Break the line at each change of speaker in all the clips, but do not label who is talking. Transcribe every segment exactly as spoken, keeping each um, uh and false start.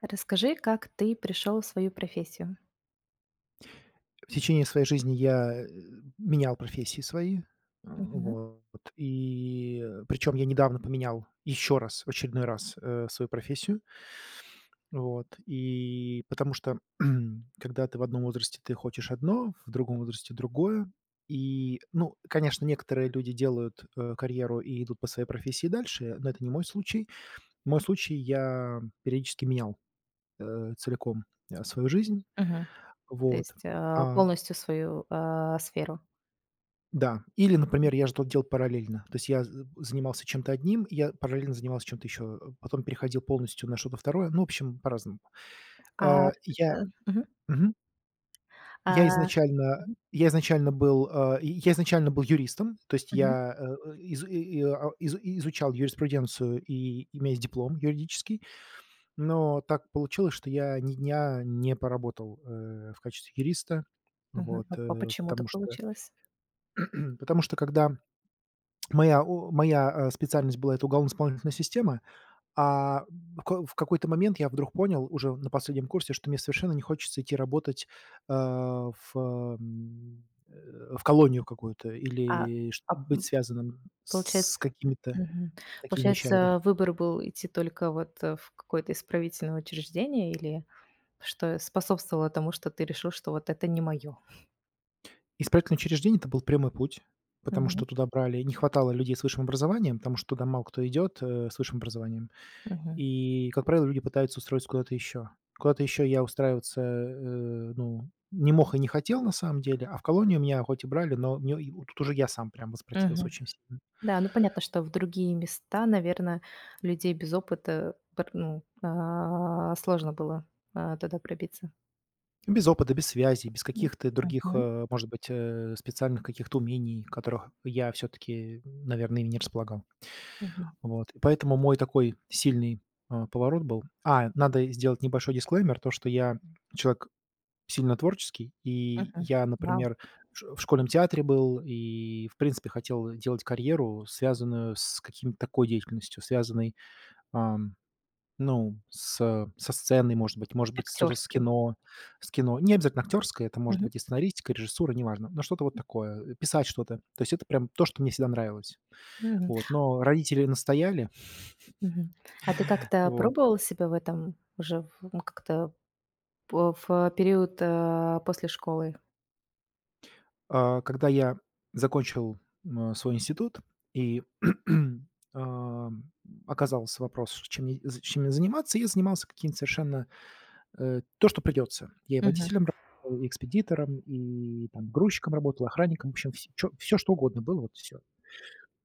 Расскажи, как ты пришел в свою профессию.
В течение своей жизни я, э, менял профессии свои. э,
Мгм.
Вот. И причем я недавно поменял еще раз, в очередной раз, э, свою профессию. Вот. И потому что, когда ты в одном возрасте, ты хочешь одно, в другом возрасте другое. И, ну, конечно, некоторые люди делают, э, карьеру и идут по своей профессии дальше, но это не мой случай. В моем случае я периодически менял, э, целиком, э, свою жизнь.
Мгм. То
Вот.
есть, э,
А
полностью свою, а, сферу.
Да, или, например, я же это делал параллельно. То есть я з э, занимался чем-то одним, я параллельно занимался чем-то еще, э, потом переходил полностью на что-то второе. Ну, в общем, по-разному.
А,
А, я
э, Мгм.
мгм. Я
А,
изначально
Мгм,
я изначально был, а, и- я изначально был юристом, то есть
мгм,
я, э, э, из и, и, э, а, из и изучал юриспруденцию, и у диплом юридический, но так получилось, что я ни дня не поработал, э, в качестве юриста.
мгм.
Вот,
А по
э,
Почему
потому
так
что
получилось?
потому что когда моя о моя, э, специальность была — это уголовно-исполнительная система, а в ка в какой-то момент я вдруг понял уже на последнем курсе, что мне совершенно не хочется идти работать, э, в, м, э, в колонию какую-то
А,
или чт
а,
быть связанным
получается
с какими-то
Мгм.
такими вещами, да.
Получается, выбор был идти только вот, э, в какое-то исправительное учреждение, или что способствовало тому, что ты решил, что вот это не мое?
Исправительное учреждение — это был прямой путь, потому
Мгм.
что туда брали не хватало людей с высшим образованием, потому что туда мало кто идет, э, с высшим образованием.
Мгм.
И, как правило, люди пытаются устроиться куда-то еще. Куда-то еще я устраиваться, э, ну, не мог и не хотел на самом деле, а в колонию меня хоть и брали, но мне и вот тут уже я сам прям воспротивился
Мгм.
очень сильно.
Да, ну понятно, что в другие места, наверное, людей без опыта пр ну, а, сложно было, а, туда пробиться.
Без опыта, без связей, без
М,
каких-то других,
Мгм,
э, может быть, э, специальных каких-то умений, которых я все-таки, наверное, ими не располагал.
мгм,
Вот. И поэтому мой такой сильный э, поворот был. А, надо сделать небольшой дисклеймер, то, что я человек сильно творческий. И
мгм.
я,
Вау,
например, в ш в школьном театре был и, в принципе, хотел делать карьеру, связанную с каким-то такой деятельностью, связанной, ам, ну, с со сценой, может быть, может быть, что-то с
актёрской.
кино с кино. Не обязательно актерское, это может
Мгм.
быть и сценаристика, и режиссура, неважно, но что-то вот такое, э, писать что-то. То есть это прям то, что мне всегда нравилось.
Мгм,
Вот, но родители настояли.
мгм. А ты как-то
Вот.
пробовал себя в этом уже в ну как-то по в период, а, после школы?
А когда я закончил, м, свой институт и, ам, оказался вопрос, с чем мне з чем мне заниматься, я занимался каким-то совершенно, э, то, что придется. Я и
Мгм,
водителем работал, и экспедитором, и там грузчиком работал, охранником. В общем, вс что угодно было, вот все.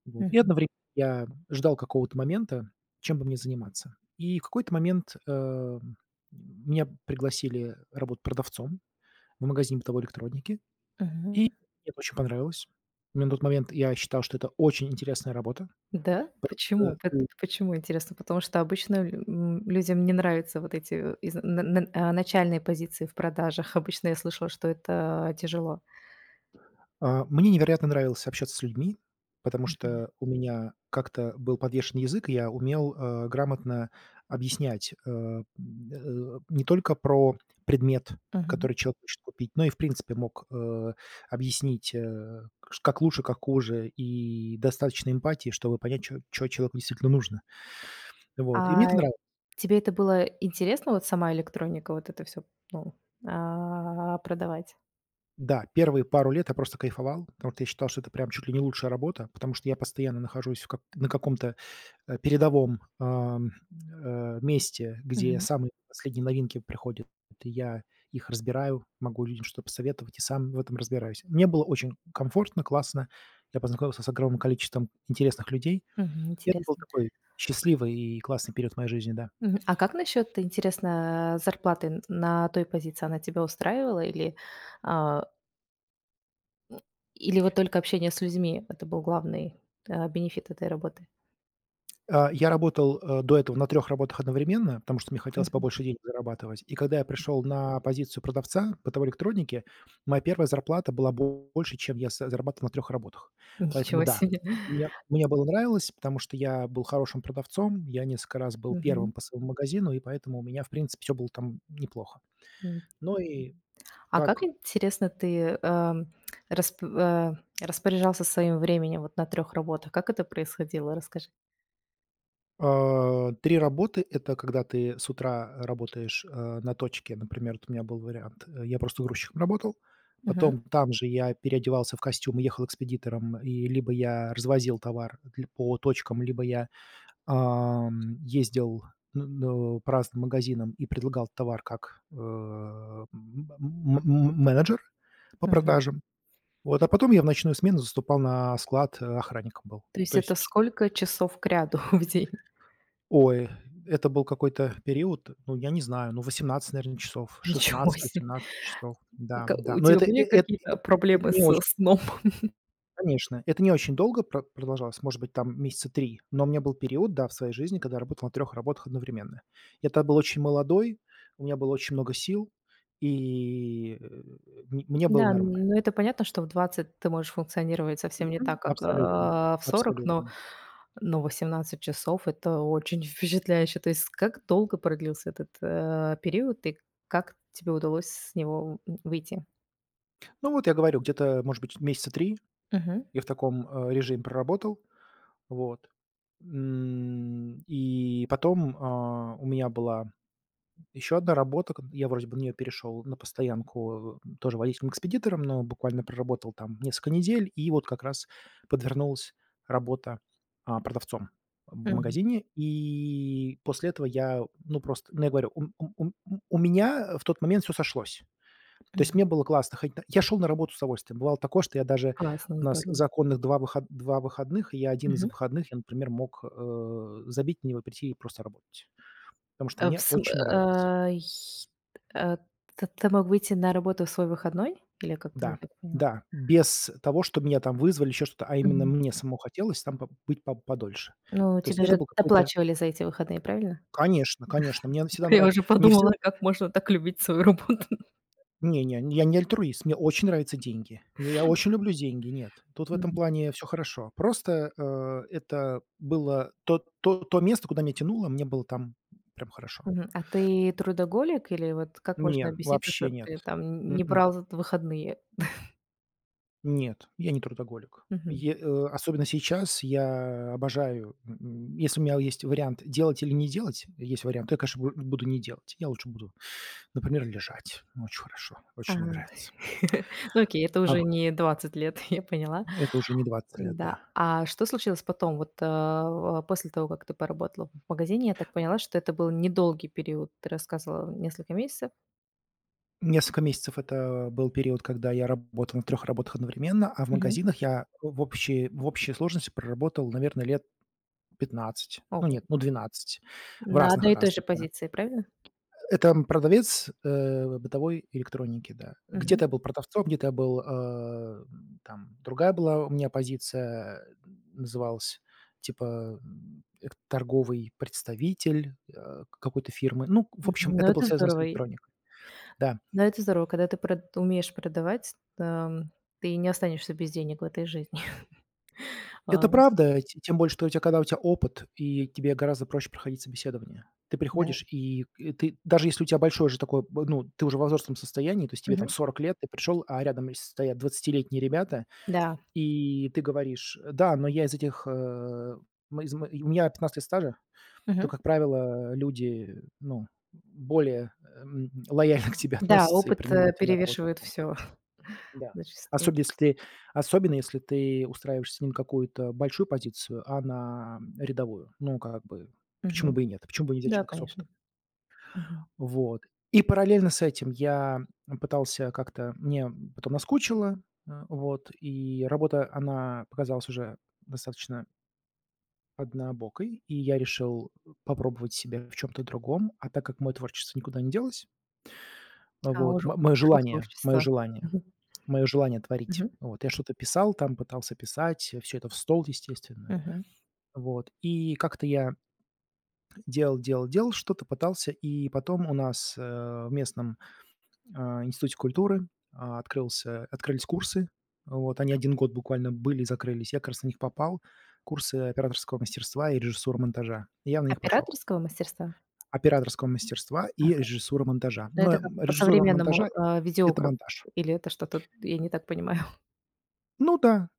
Вот. И
мгм,
одновременно я ждал какого-то момента, чем бы мне заниматься. И в какой-то момент, эм, меня пригласили работать продавцом в магазине бытовой электроники. И мне
мгм.
это очень понравилось. На тот момент я считал, что это очень интересная работа,
Да?
потому что
Почему? Пот
ты
Почему, интересно? Потому что обычно лю м, людям не нравятся вот эти, э, из на на а, начальные позиции в продажах. Обычно я слышала, что это тяжело.
а, мне невероятно нравилось общаться с людьми, потому
Мгм.
что у меня как-то был подвешен язык, и я умел, э, грамотно объяснять, э, м, э, не только про предмет,
Мгм.
который человек хочет купить, но и, в принципе, мог, э, объяснить, э, кш как лучше, как хуже, и достаточно эмпатии, чтобы понять, что чё человеку действительно нужно. Вот, и мне
А
это нравилось.
тебе это было интересно, вот сама электроника, вот это все продавать?
Да, первые пару лет я просто кайфовал, потому что я считал, что это прям чуть ли не лучшая работа, потому что я постоянно нахожусь в как на каком-то, э, передовом, ам, э, месте, где
Мгм.
самые последние новинки приходят. и Я их разбираю, могу людям что-то посоветовать и сам в этом разбираюсь. Мне было очень комфортно, классно. Я познакомился с огромным количеством интересных людей.
Мгм.
И Это был
Интересно.
такой счастливый и классный период моей жизни, да.
Мгм. А как насчет, интересно, зарплаты н на той позиции? Она тебя устраивала, или, а, или вот только общение с людьми — это был главный а, бенефит этой работы?
А, я работал, э, до этого на трех работах одновременно, потому что мне хотелось побольше денег зарабатывать. И когда я пришел на позицию продавца бытовой электроники, моя первая зарплата была бо- больше, чем я за зарабатывал на трех работах. Поэтому
Ничего
да,
себе.
мне мне было нравилось, потому что я был хорошим продавцом, я несколько раз был первым
Мгм.
по своему магазину, и поэтому у меня, в принципе, все было там неплохо.
М.
Ну и
А как,
как
интересно, ты, эм, расп э, распоряжался своим временем вот на трех работах? Как это происходило? Расскажи.
А, три работы — это когда ты с утра работаешь, э, на точке. Например, вот у меня был вариант, э, я просто грузчиком работал,
Мгм.
потом там же я переодевался в костюм и ехал экспедитором, и либо я развозил товар дл по точкам, либо я, ам, ездил н ну, по разным магазинам и предлагал товар как, э, м м м менеджер по
Мгм.
продажам. Вот, а потом я в ночную смену заступал на склад, э, охранником был.
То есть
То
это
есть
сколько часов кряду в день?
Ой, это был какой-то период, ну, я не знаю, ну, восемнадцать наверное часов,
Ничего себе.
шестнадцать-восемнадцать часов. Да,
Ну-ка,
да.
у
Но
тебя
это э
были
эт
какие-то
это
проблемы
не
со
очень
сном?
конечно, это не очень долго про продолжалось, может быть, там месяца три. Но у меня был период, да, в своей жизни, когда я работал на трех работах одновременно. Я тогда был очень молодой, у меня было очень много сил, и, э, м мне было
Да,
нормально.
ну это понятно, что в двадцать ты можешь функционировать совсем не
Мгм.
так, как, э,
Абсолютно,
в сорок. но
абсолютно.
но восемнадцать часов — это очень впечатляюще. То есть как долго продлился этот, э, период и как тебе удалось с него, м, выйти?
Ну, вот я говорю, где-то, может быть, месяца три
Мгм.
я в таком, э, режиме проработал. Вот. М, и потом, а, у меня была еще одна работа, к я вроде бы на нее перешел на постоянку, э, тоже водителем-экспедитором, но буквально проработал там несколько недель, и вот как раз подвернулась работа, а, продавцом в
Мгм.
магазине. И после этого я, ну, просто, ну, я говорю, у м у у меня в тот момент все сошлось. То есть
Мгм.
мне было классно ходить на я шел на работу с удовольствием. Бывало такое, что я даже
Классно,
у нас
здорово.
законных два выход два выходных, и я один из
Мгм.
выходных, я, например, мог, э, забить на него, прийти и просто работать, потому что
Э, в
мне
см
очень нравилось.
а, й э, т ты мог выйти на работу в свой выходной, или как-то не
Да,
так поняла?
да, без того, что меня там вызвали, еще что-то, а именно
Мгм.
мне самому хотелось там по- быть по подольше.
Ну,
То есть
тебе
это
же
был какой-то
доплачивали за эти выходные, правильно?
Конечно, конечно, мне всегда
Я
нрав
уже
мне всегда
подумала, как можно так любить свою работу.
не не, я не альтруист, мне очень нравятся деньги. Я я очень люблю деньги, нет. Тут в этом
Мгм.
плане все хорошо. Просто, э, это было то то то место, куда меня тянуло, мне было там прям хорошо.
Мгм. А ты трудоголик, или вот как можно
Не,
объяснить то,
вообще
что
нет.
ты там не
м
брал з выходные?
Нет, я не трудоголик.
Мгм.
Е э, особенно сейчас я обожаю, м, если у меня есть вариант делать или не делать, есть вариант, то я, конечно, бу буду не делать. Я лучше буду, например, лежать. Очень хорошо, очень мне
Ага.
нравится.
Ну окей, это
А,
уже не двадцать лет, я поняла.
это уже не двадцать лет,
Да.
да.
А что случилось потом? Вот, а, после того, как ты поработала в магазине, я так поняла, что это был недолгий период. Ты рассказывала, несколько месяцев.
Несколько месяцев это был период, когда я работал на трех работах одновременно, а в
Мгм.
магазинах я в общей в общей сложности проработал, наверное, лет пятнадцать. Ну,
Ого.
нет, ну, двенадцать. В
На одной и той же
разных-разных, да.
позиции, правильно?
Это, продавец, э, бытовой электроники, да.
Мгм.
Где-то я был продавцом, где-то я был, э, там другая была у меня позиция, э, называлась типа, м, эк торговый представитель, э, какой-то фирмы. Ну, в общем,
Мгм. Ну,
это было
это
связано с
здорово.
электроникой. Да.
Но это здорово, когда ты прод умеешь продавать, эм, ты не останешься без денег в этой жизни.
Это
А,
правда, те тем больше, что у тебя когда у тебя опыт, и тебе гораздо проще проходить собеседование. Ты
да.
приходишь, и и ты даже если у тебя большое же такое, б ну, ты уже во взрослом состоянии, то есть тебе там
Мгм.
сорок лет, ты пришел, а рядом стоят двадцатилетние ребята,
Да.
и ты говоришь: "Да, но я из этих, э, мы из м у меня пятнадцать лет стажа". То,
Мгм.
как правило, люди, ну, более, эм, лояльно к тебе
Да,
относятся и
опыт, э,
принимают тебя на работу в
перевешивает
любом
все,
случае. Да.
зачастую.
Особенно если ты особенно если ты устраиваешь с ним какую-то большую позицию, а на, рядовую. Ну, как бы, почему
Мгм.
бы и нет? Почему бы нельзя взять
Да,
человека с
конечно.
опытом?
Мгм.
Вот. И параллельно с этим я, пытался как-то мне потом наскучило, э, вот, и работа, она показалась уже достаточно однобокой, и я решил попробовать себя в чем то другом. А так как мое творчество никуда не делось
А,
вот
уже
мо мое
ушел в
желание мое
творчество.
желание
Мгм.
мое желание творить.
Мгм.
Вот я что-то писал там, пытался писать, все это в стол, естественно.
Мгм.
Вот и как-то я делал делал делал что-то, пытался, и потом у нас, э, в местном, а, институте культуры, а, открылся открылись курсы. Вот они один год буквально были и закрылись. Я как раз на них попал. Курсы операторского мастерства и режиссура монтажа. И Я на них пошел.
Операторского мастерства?
Операторского мастерства и
Ага.
режиссура монтажа.
Ну,
Но,
это как
м, режиссура
по-современному,
монтажа —
а,
это
видеограф,
монтаж.
или это что-то я не так понимаю?
Ну да,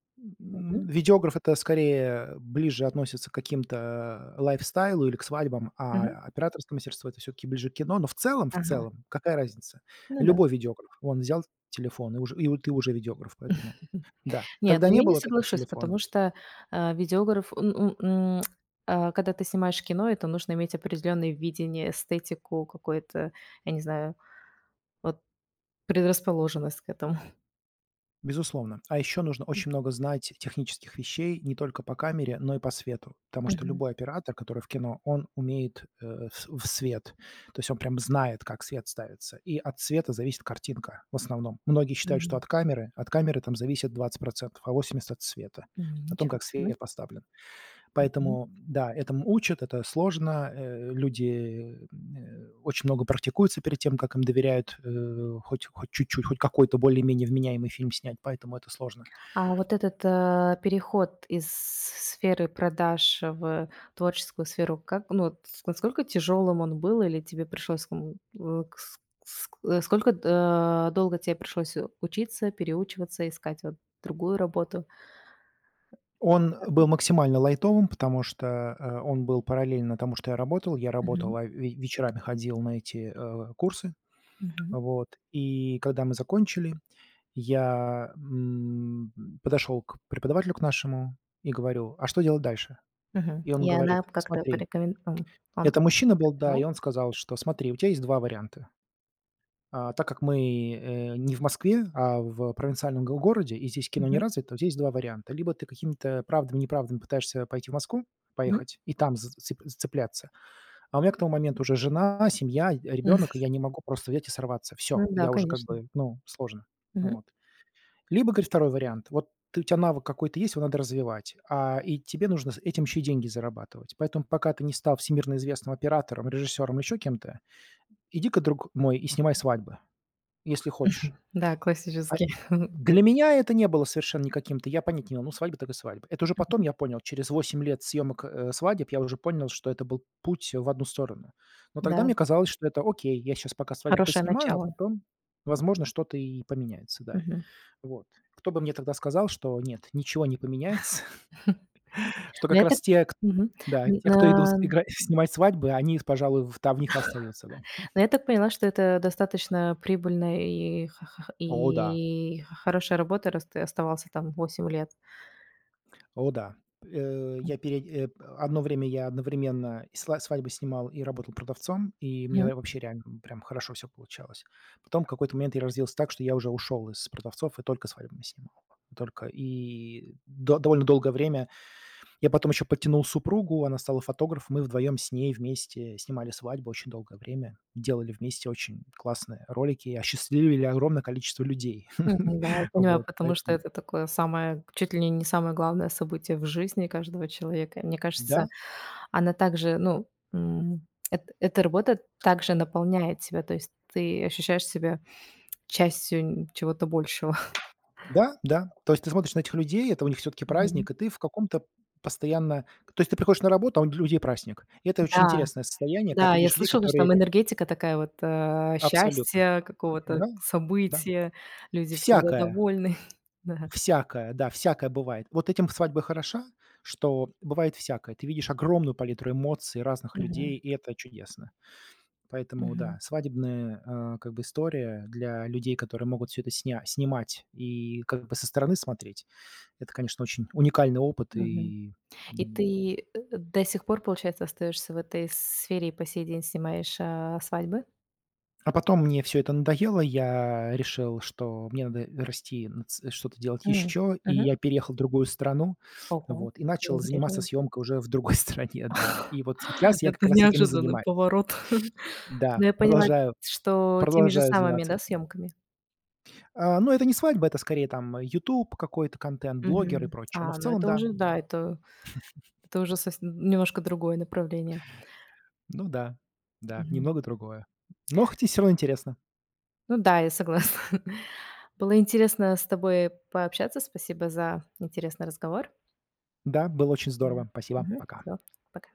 Мгм.
м, видеограф — это скорее ближе относится к каким-то, э, лайфстайлу или к свадьбам, а
Мгм.
операторское мастерство — это все таки ближе к кино. Но в целом, в
Ага.
целом, какая разница?
Ну да.
Любой видеограф, он взял телефон, и уже и у ты уже видеограф, поэтому да.
Нет,
Тогда
ну
не
я не
было таких
соглашусь,
телефонов.
потому что, э, видеограф, он он, м, а, когда ты снимаешь кино, это нужно иметь определенное видение, эстетику, какое-то, я не знаю, вот предрасположенность к этому.
Безусловно. А еще нужно очень много знать технических вещей не только по камере, но и по свету. Потому что
Мгм.
любой оператор, который в кино, он умеет э, в в свет. То есть он прям знает, как свет ставится. И от света зависит картинка в основном. Многие считают, что
Мгм.
от камеры, от камеры там зависит двадцать процентов, а восемьдесят процентов от света,
М,
о том,
ничего
как
себе.
свет поставлен. Поэтому, да, этому учат, это сложно. Э, люди, э, очень много практикуются перед тем, как им доверяют, э, хоть хоть чуть-чуть, хоть какой-то более-менее вменяемый фильм снять, поэтому это сложно.
А вот этот, э, переход из сферы продаж в творческую сферу, как, ну, вот с насколько тяжелым он был, или тебе пришлось, м, э, к с ск э, сколько, э, долго тебе пришлось у- учиться, переучиваться, искать вот другую работу?
Он был максимально лайтовым, потому что, э, он был параллельно тому, что я работал. Я работал,
Мгм,
а ве вечерами ходил на эти, э, курсы.
мгм,
Вот. И когда мы закончили, я, м, подошел к преподавателю к нашему и говорю: "А что делать дальше?"
мгм.
И он
И
говорит:
она как-то
"Смотри".
порекомен ну, Он
Это
как-то
мужчина был, да, и
порекомендовал?
он сказал, что смотри, у тебя есть два варианта. А, так как мы, э, не в Москве, а в провинциальном го городе, и здесь кино не
Мгм,
развито, у тебя есть два варианта. Либо ты какими-то правдами-неправдами пытаешься пойти в Москву,
мгм.
поехать и там за цеп зацепляться. А у меня к тому моменту уже жена, семья,
Мгм.
ребенок, и я не могу просто взять и сорваться. Все,
Ну да,
я уже как
конечно.
бы, ну, сложно.
Мгм.
Вот. Либо, говорит, второй вариант. Вот ты у тебя навык какой-то есть, его надо развивать, а, и тебе нужно с этим еще и деньги зарабатывать. Поэтому пока ты не стал всемирно известным оператором, режиссером или еще кем-то, иди-ка, друг мой, и снимай свадьбы, если хочешь.
Да,
А
классический путь.
для меня это не было совершенно никаким-то, я понять не имел, ну, свадьба так и свадьба. Это уже потом
Мгм.
я понял, через восемь лет съемок, э, свадеб я уже понял, что это был путь в одну сторону. Но
Да,
тогда мне казалось, что это окей, я сейчас пока свадьбу
хорошее
поснимаю, а
начало.
потом, возможно, что-то и поменяется, да.
Мгм.
Вот. Кто бы мне тогда сказал, что нет, ничего не поменяется, что
Но
как
я так
раз те, к
Мгм.
да,
Н
те,
на
кто идут игра снимать свадьбы, они, пожалуй, в давних остаются, да.
но я так поняла, что это достаточно прибыльная и ха ха
О да,
и х хорошая работа, раз ты оставался там восемь лет.
о да. Э, я перед э, одно время я одновременно и сла свадьбы снимал и работал продавцом, и мне
Мгм.
вообще реально прям хорошо все получалось. Потом в какой-то момент я разделился так, что я уже ушел из продавцов и только свадебные снимал. Только и до довольно долгое время. Я потом еще подтянул супругу, она стала фотографом. Мы вдвоем с ней вместе снимали свадьбу очень долгое время, делали вместе очень классные ролики и осчастливили огромное количество людей.
Мгм. Да, я понимаю,
Вот,
потому что
поэтому
это такое, самое чуть ли не самое главное событие в жизни каждого человека. И мне кажется,
да,
она также, ну, м, эт эта работа также наполняет тебя, то есть ты ощущаешь себя частью чего-то большего.
да, да. То есть ты смотришь на этих людей, это у них все-таки
Мгм.
праздник, и ты в каком-то постоянно, то есть ты приходишь на работу, а у людей праздник. И это очень
Да.
интересное состояние, когда ты
Да, я
видишь людей,
слышала, что
которые
там энергетика такая, вот, э,
абсолютно,
счастья, какого-то
да, да,
события, люди всегда
всякое.
довольны.
Всякое, да, всякое бывает. Вот этим свадьба хороша, что бывает всякое. Ты видишь огромную палитру эмоций разных
Да.
людей,
Мгм.
и это чудесно. Поэтому да,
Мгм.
свадебная, а, как бы история для людей, которые могут все это сня снимать и как бы со стороны смотреть. Это, конечно, очень уникальный опыт
Мгм.
и,
И
м,
ты, э, до сих пор, получается, остаешься в этой сфере и по сей день снимаешь, а, свадьбы?
а потом мне все это надоело, я решил, что мне надо расти, нац что-то делать
М.
еще, и
Мгм.
я переехал в другую страну,
Ого,
вот, и начал заниматься
мигрировала.
съемкой уже в другой стране, да. И вот сейчас я как
Это
раз этим и
неожиданный
занимаюсь.
поворот.
Да,
Но я поняла,
продолжаю
что теми же
продолжаю
самыми,
заниматься
да,
этим.
съемками?
А, ну, это не свадьба, это скорее там ютуб какой-то контент, блогер и
Мгм.
прочее. Но в
А, ну
целом
это
да,
уже,
да.
да, это это уже совсем немножко другое направление.
Ну да, да,
Мгм.
немного другое. Но хоть и всё равно интересно.
Ну да, я согласна. Было интересно с тобой пообщаться. Спасибо за интересный разговор.
Да, было очень здорово. Спасибо.
Да.
Пока.
Все. Пока.